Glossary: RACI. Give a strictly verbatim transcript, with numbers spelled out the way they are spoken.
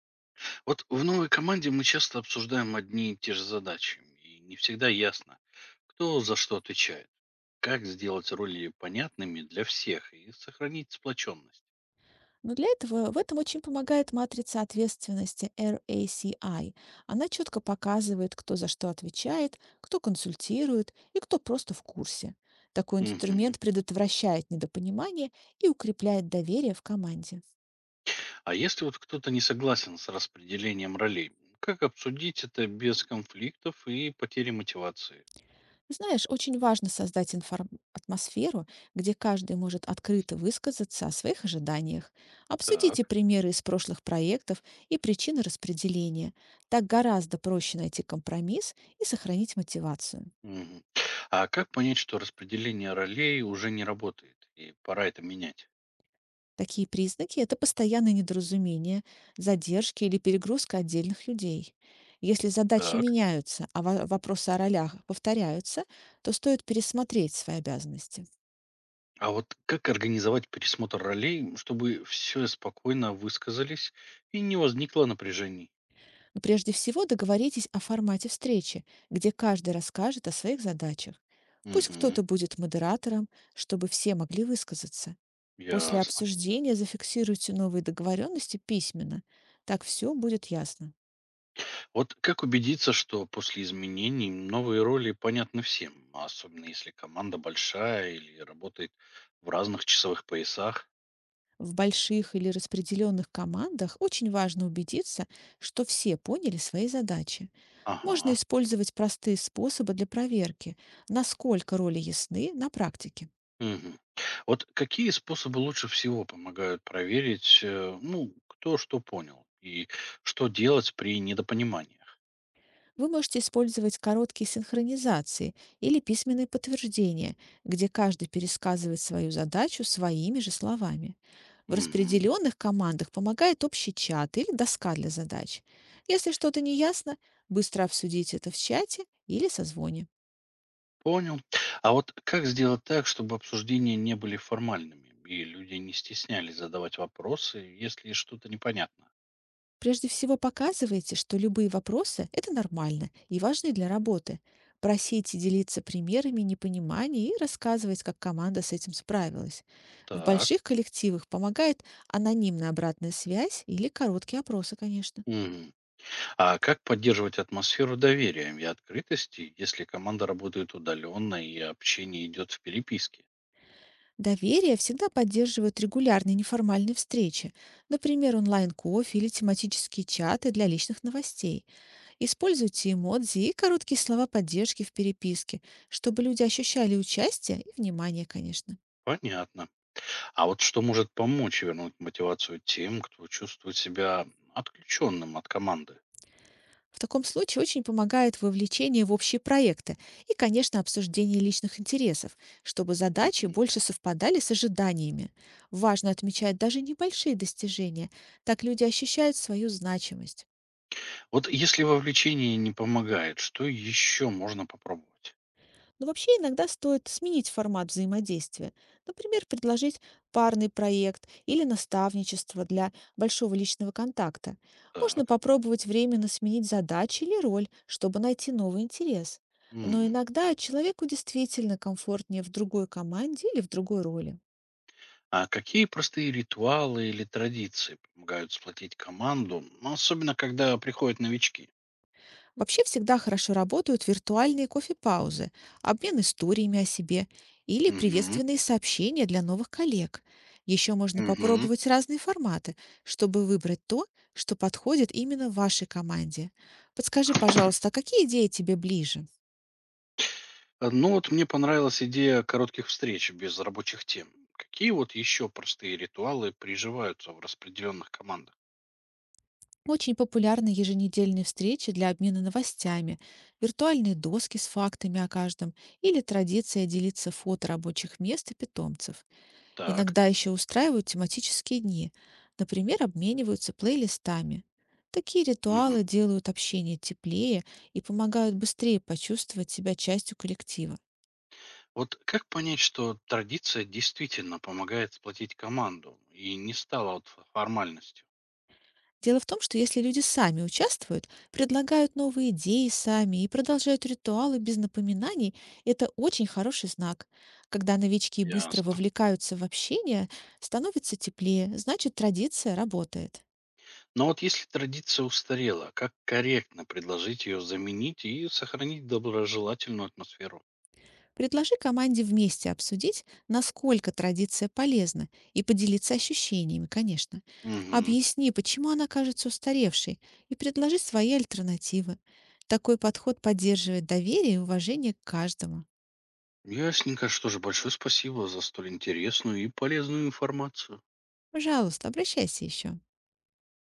Вот в новой команде мы часто обсуждаем одни и те же задачи, и не всегда ясно, кто за что отвечает. Как сделать роли понятными для всех и сохранить сплоченность? Но для этого в этом очень помогает матрица ответственности R A C I. Она четко показывает, кто за что отвечает, кто консультирует и кто просто в курсе. Такой Мгм. инструмент предотвращает недопонимание и укрепляет доверие в команде. А если вот кто-то не согласен с распределением ролей, как обсудить это без конфликтов и потери мотивации? Знаешь, очень важно создать информ- атмосферу, где каждый может открыто высказаться о своих ожиданиях. Обсудите Так. примеры из прошлых проектов и причины распределения. Так гораздо проще найти компромисс и сохранить мотивацию. Мгм. А как понять, что распределение ролей уже не работает и пора это менять? Такие признаки – это постоянное недоразумение, задержки или перегрузка отдельных людей. Если задачи Так. меняются, а во- вопросы о ролях повторяются, то стоит пересмотреть свои обязанности. А вот как организовать пересмотр ролей, чтобы все спокойно высказались и не возникло напряжений? Но прежде всего договоритесь о формате встречи, где каждый расскажет о своих задачах. Пусть Угу, кто-то будет модератором, чтобы все могли высказаться. После ясно. обсуждения зафиксируйте новые договоренности письменно. Так все будет ясно. Вот как убедиться, что после изменений новые роли понятны всем, особенно если команда большая или работает в разных часовых поясах? В больших или распределенных командах очень важно убедиться, что все поняли свои задачи. Можно Ага. использовать простые способы для проверки, насколько роли ясны на практике. Мгм. Вот какие способы лучше всего помогают проверить, э, ну, кто что понял и что делать при недопониманиях? Вы можете использовать короткие синхронизации или письменные подтверждения, где каждый пересказывает свою задачу своими же словами. В Угу. распределенных командах помогает общий чат или доска для задач. Если что-то не ясно, быстро обсудите это в чате или созвоне. Понял. А вот как сделать так, чтобы обсуждения не были формальными и люди не стеснялись задавать вопросы, если что-то непонятно? Прежде всего показывайте, что любые вопросы – это нормально и важны для работы. Просите делиться примерами непонимания и рассказывать, как команда с этим справилась. В Так. больших коллективах помогает анонимная обратная связь или короткие опросы, конечно. Мгм. А как поддерживать атмосферу доверия и открытости, если команда работает удаленно и общение идет в переписке? Доверие всегда поддерживают регулярные неформальные встречи, например, онлайн-кофе или тематические чаты для личных новостей. Используйте эмодзи и короткие слова поддержки в переписке, чтобы люди ощущали участие и внимание, конечно. Понятно. А вот что может помочь вернуть мотивацию тем, кто чувствует себя отключенным от команды? В таком случае очень помогает вовлечение в общие проекты и, конечно, обсуждение личных интересов, чтобы задачи Мгм. больше совпадали с ожиданиями. Важно отмечать даже небольшие достижения, так люди ощущают свою значимость. Вот если вовлечение не помогает, что еще можно попробовать? Но вообще иногда стоит сменить формат взаимодействия. Например, предложить парный проект или наставничество для большого личного контакта. Можно Так. попробовать временно сменить задачи или роль, чтобы найти новый интерес. Но Мгм. иногда человеку действительно комфортнее в другой команде или в другой роли. А какие простые ритуалы или традиции помогают сплотить команду, ну, особенно когда приходят новички? Вообще всегда хорошо работают виртуальные кофе-паузы, обмен историями о себе или Мгм. приветственные сообщения для новых коллег. Еще можно Мгм. попробовать разные форматы, чтобы выбрать то, что подходит именно вашей команде. Подскажи, пожалуйста, а какие идеи тебе ближе? А, Ну вот мне понравилась идея коротких встреч без рабочих тем. Какие вот еще простые ритуалы приживаются в распределенных командах? Очень популярны еженедельные встречи для обмена новостями, виртуальные доски с фактами о каждом или традиция делиться фото рабочих мест и питомцев. Так. Иногда еще устраивают тематические дни, например, обмениваются плейлистами. Такие Мгм. ритуалы делают общение теплее и помогают быстрее почувствовать себя частью коллектива. Вот как понять, что традиция действительно помогает сплотить команду и не стала вот ф- формальностью? Дело в том, что если люди сами участвуют, предлагают новые идеи сами и продолжают ритуалы без напоминаний, это очень хороший знак. Когда новички быстро Ясно. вовлекаются в общение, становится теплее, значит традиция работает. Но вот если традиция устарела, как корректно предложить ее заменить и сохранить доброжелательную атмосферу? Предложи команде вместе обсудить, насколько традиция полезна, и поделиться ощущениями, конечно. Угу. Объясни, почему она кажется устаревшей, и предложи свои альтернативы. Такой подход поддерживает доверие и уважение к каждому. Ясненько, что же, большое спасибо за столь интересную и полезную информацию. Пожалуйста, обращайся еще.